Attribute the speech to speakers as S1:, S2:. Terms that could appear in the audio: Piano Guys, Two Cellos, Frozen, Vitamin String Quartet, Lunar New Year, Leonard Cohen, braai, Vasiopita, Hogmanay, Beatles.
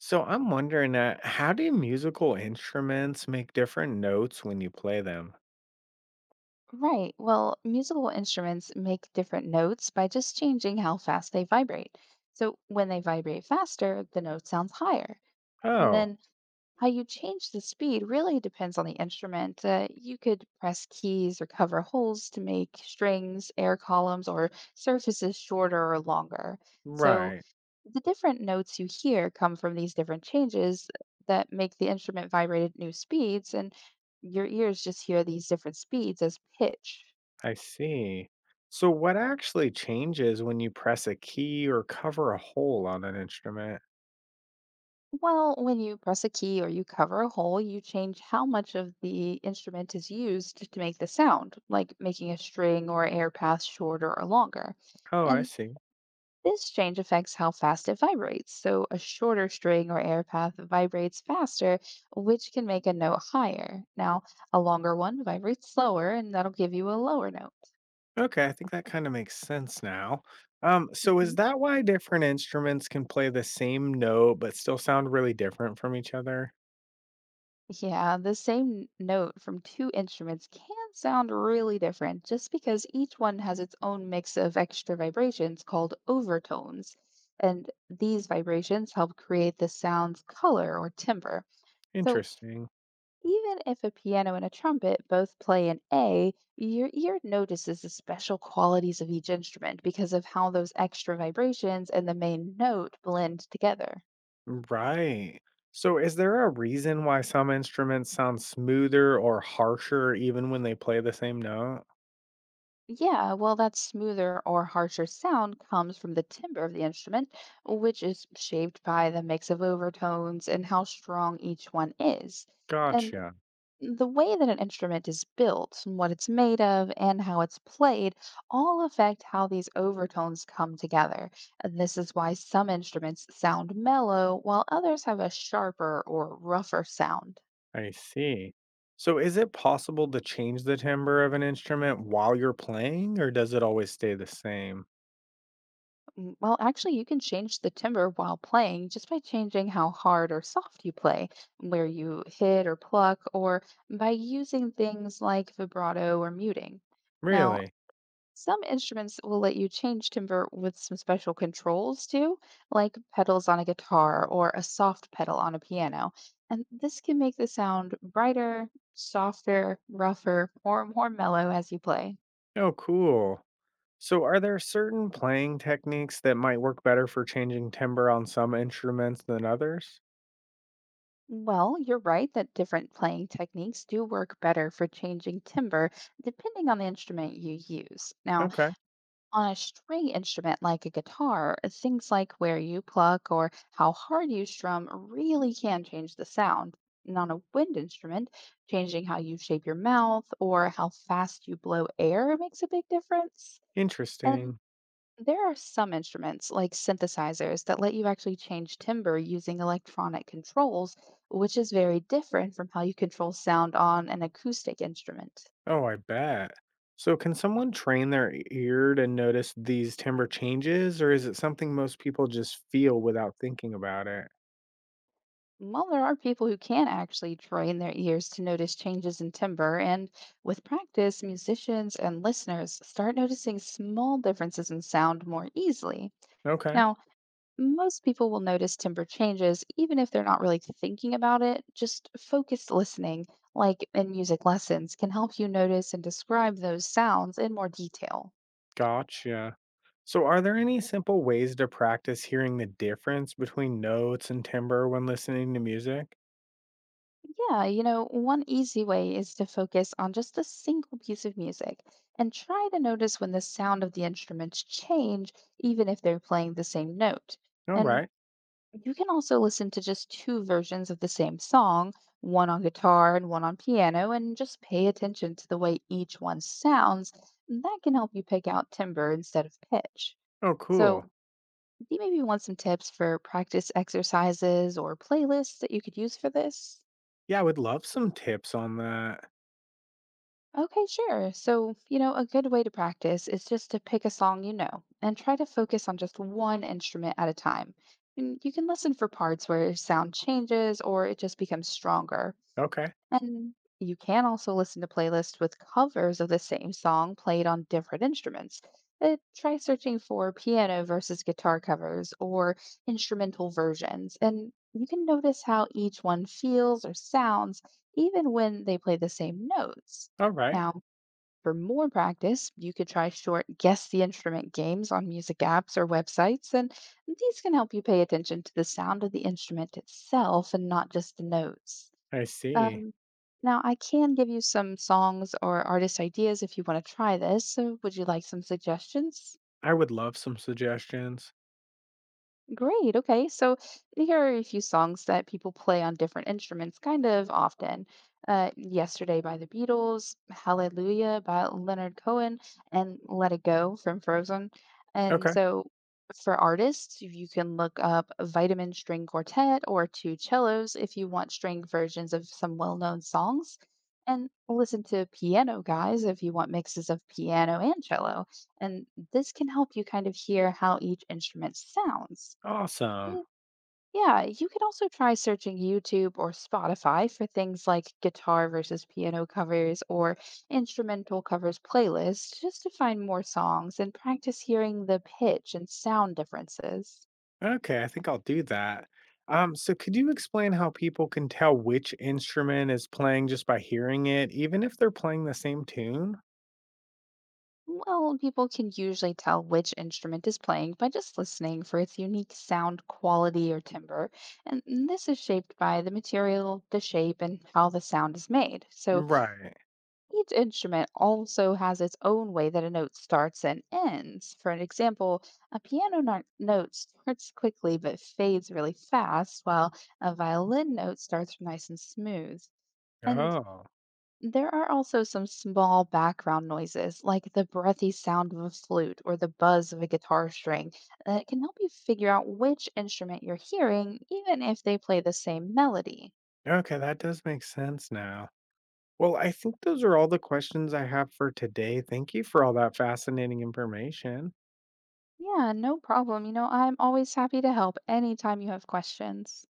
S1: So I'm wondering that how do musical instruments make different notes when you play them?
S2: Right. Well, musical instruments make different notes by just changing how fast they vibrate. So when they vibrate faster, the note sounds higher. And
S1: Oh,
S2: then how you change the speed really depends on the instrument. You could press keys or cover holes to make strings, air columns, or surfaces shorter or longer. So
S1: right.
S2: the different notes you hear come from these different changes that make the instrument vibrate at new speeds, and your ears just hear these different speeds as pitch.
S1: I see. So what actually changes when you press a key or cover a hole on an instrument?
S2: Well, when you press a key or you cover a hole, you change how much of the instrument is used to make the sound, like making a string or air path shorter or longer.
S1: Oh, I
S2: And
S1: see.
S2: this change affects how fast it vibrates. So a shorter string or air path vibrates faster, which can make a note higher. Now, a longer one vibrates slower, and that'll give you a lower note.
S1: Okay, I think that kind of makes sense now. So is
S2: Mhm.
S1: that why different instruments can play the same note but still sound really different from each other?
S2: Yeah, the same note from two instruments can sound really different just because each one has its own mix of extra vibrations called overtones. And these vibrations help create the sound's color or timbre. So
S1: Interesting.
S2: even if a piano and a trumpet both play an A, your ear notices the special qualities of each instrument because of how those extra vibrations and the main note blend together.
S1: Right. So, is there a reason why some instruments sound smoother or harsher even when they play the same note?
S2: Yeah, well, that smoother or harsher sound comes from the timbre of the instrument, which is shaped by the mix of overtones and how strong each one is. And
S1: Gotcha.
S2: the way that an instrument is built, and what it's made of, and how it's played all affect how these overtones come together. And this is why some instruments sound mellow, while others have a sharper or rougher sound.
S1: I see. So, is it possible to change the timbre of an instrument while you're playing, or does it always stay the same?
S2: Well, actually, you can change the timbre while playing just by changing how hard or soft you play, where you hit or pluck, or by using things like vibrato or muting. Now,
S1: Really?
S2: some instruments will let you change timbre with some special controls too, like pedals on a guitar or a soft pedal on a piano. And this can make the sound brighter, softer, rougher, or more mellow as you play.
S1: Oh, cool. So, are there certain playing techniques that might work better for changing timbre on some instruments than others?
S2: Well, you're right that different playing techniques do work better for changing timbre depending on the instrument you use. Now,
S1: Okay,
S2: on a string instrument like a guitar, things like where you pluck or how hard you strum really can change the sound. And on a wind instrument, changing how you shape your mouth or how fast you blow air makes a big difference. And
S1: interesting.
S2: there are some instruments, like synthesizers, that let you actually change timbre using electronic controls, which is very different from how you control sound on an acoustic instrument.
S1: Oh, I bet. So, can someone train their ear to notice these timbre changes, or is it something most people just feel without thinking about it?
S2: While there are people who can actually train their ears to notice changes in timbre, and with practice, musicians and listeners start noticing small differences in sound more easily.
S1: Okay,
S2: Now, most people will notice timbre changes even if they're not really thinking about it. Just focused listening, like in music lessons, can help you notice and describe those sounds in more detail.
S1: gotcha. So, are there any simple ways to practice hearing the difference between notes and timbre when listening to music?
S2: Yeah, you know, one easy way is to focus on just a single piece of music and try to notice when the sound of the instruments change even if they're playing the same note.
S1: All
S2: And
S1: right.
S2: you can also listen to just two versions of the same song, one on guitar and one on piano, and just pay attention to the way each one sounds. And that can help you pick out timbre instead of pitch.
S1: Oh,
S2: So,
S1: cool.
S2: do you maybe want some tips for practice exercises or playlists that you could use for this?
S1: Yeah, I would love some tips on that.
S2: Okay, sure. So, you know, a good way to practice is just to pick a song you know and try to focus on just one instrument at a time. And you can listen for parts where sound changes or it just becomes stronger.
S1: Okay.
S2: And you can also listen to playlists with covers of the same song played on different instruments. Try searching for piano versus guitar covers or instrumental versions, and you can notice how each one feels or sounds even when they play the same notes.
S1: All right.
S2: Now, for more practice, you could try short guess the instrument games on music apps or websites, and these can help you pay attention to the sound of the instrument itself and not just the notes.
S1: I see.
S2: Um, now, I can give you some songs or artist ideas if you want to try this. So, would you like some suggestions?
S1: I would love some suggestions.
S2: Great. Okay. So here are a few songs that people play on different instruments kind of often. Yesterday by the Beatles, Hallelujah by Leonard Cohen, and Let It Go from Frozen. And
S1: Okay.
S2: so for artists, you can look up Vitamin String Quartet or Two Cellos if you want string versions of some well-known songs. And listen to Piano Guys if you want mixes of piano and cello. And this can help you kind of hear how each instrument sounds.
S1: Awesome.
S2: Uh, Yeah, you can also try searching YouTube or Spotify for things like guitar versus piano covers or instrumental covers playlists just to find more songs and practice hearing the pitch and sound differences.
S1: Okay, I think I'll do that. So could you explain how people can tell which instrument is playing just by hearing it, even if they're playing the same tune?
S2: Well, people can usually tell which instrument is playing by just listening for its unique sound quality or timbre, and this is shaped by the material, the shape, and how the sound is made. So
S1: Right.
S2: each instrument also has its own way that a note starts and ends. For an example, a piano note starts quickly but fades really fast, while a violin note starts nice and smooth. And
S1: Oh,
S2: there are also some small background noises, like the breathy sound of a flute or the buzz of a guitar string, that can help you figure out which instrument you're hearing, even if they play the same melody.
S1: okay, that does make sense now. Well, I think those are all the questions I have for today. Thank you for all that fascinating information.
S2: Yeah, no problem. You know, I'm always happy to help anytime you have questions.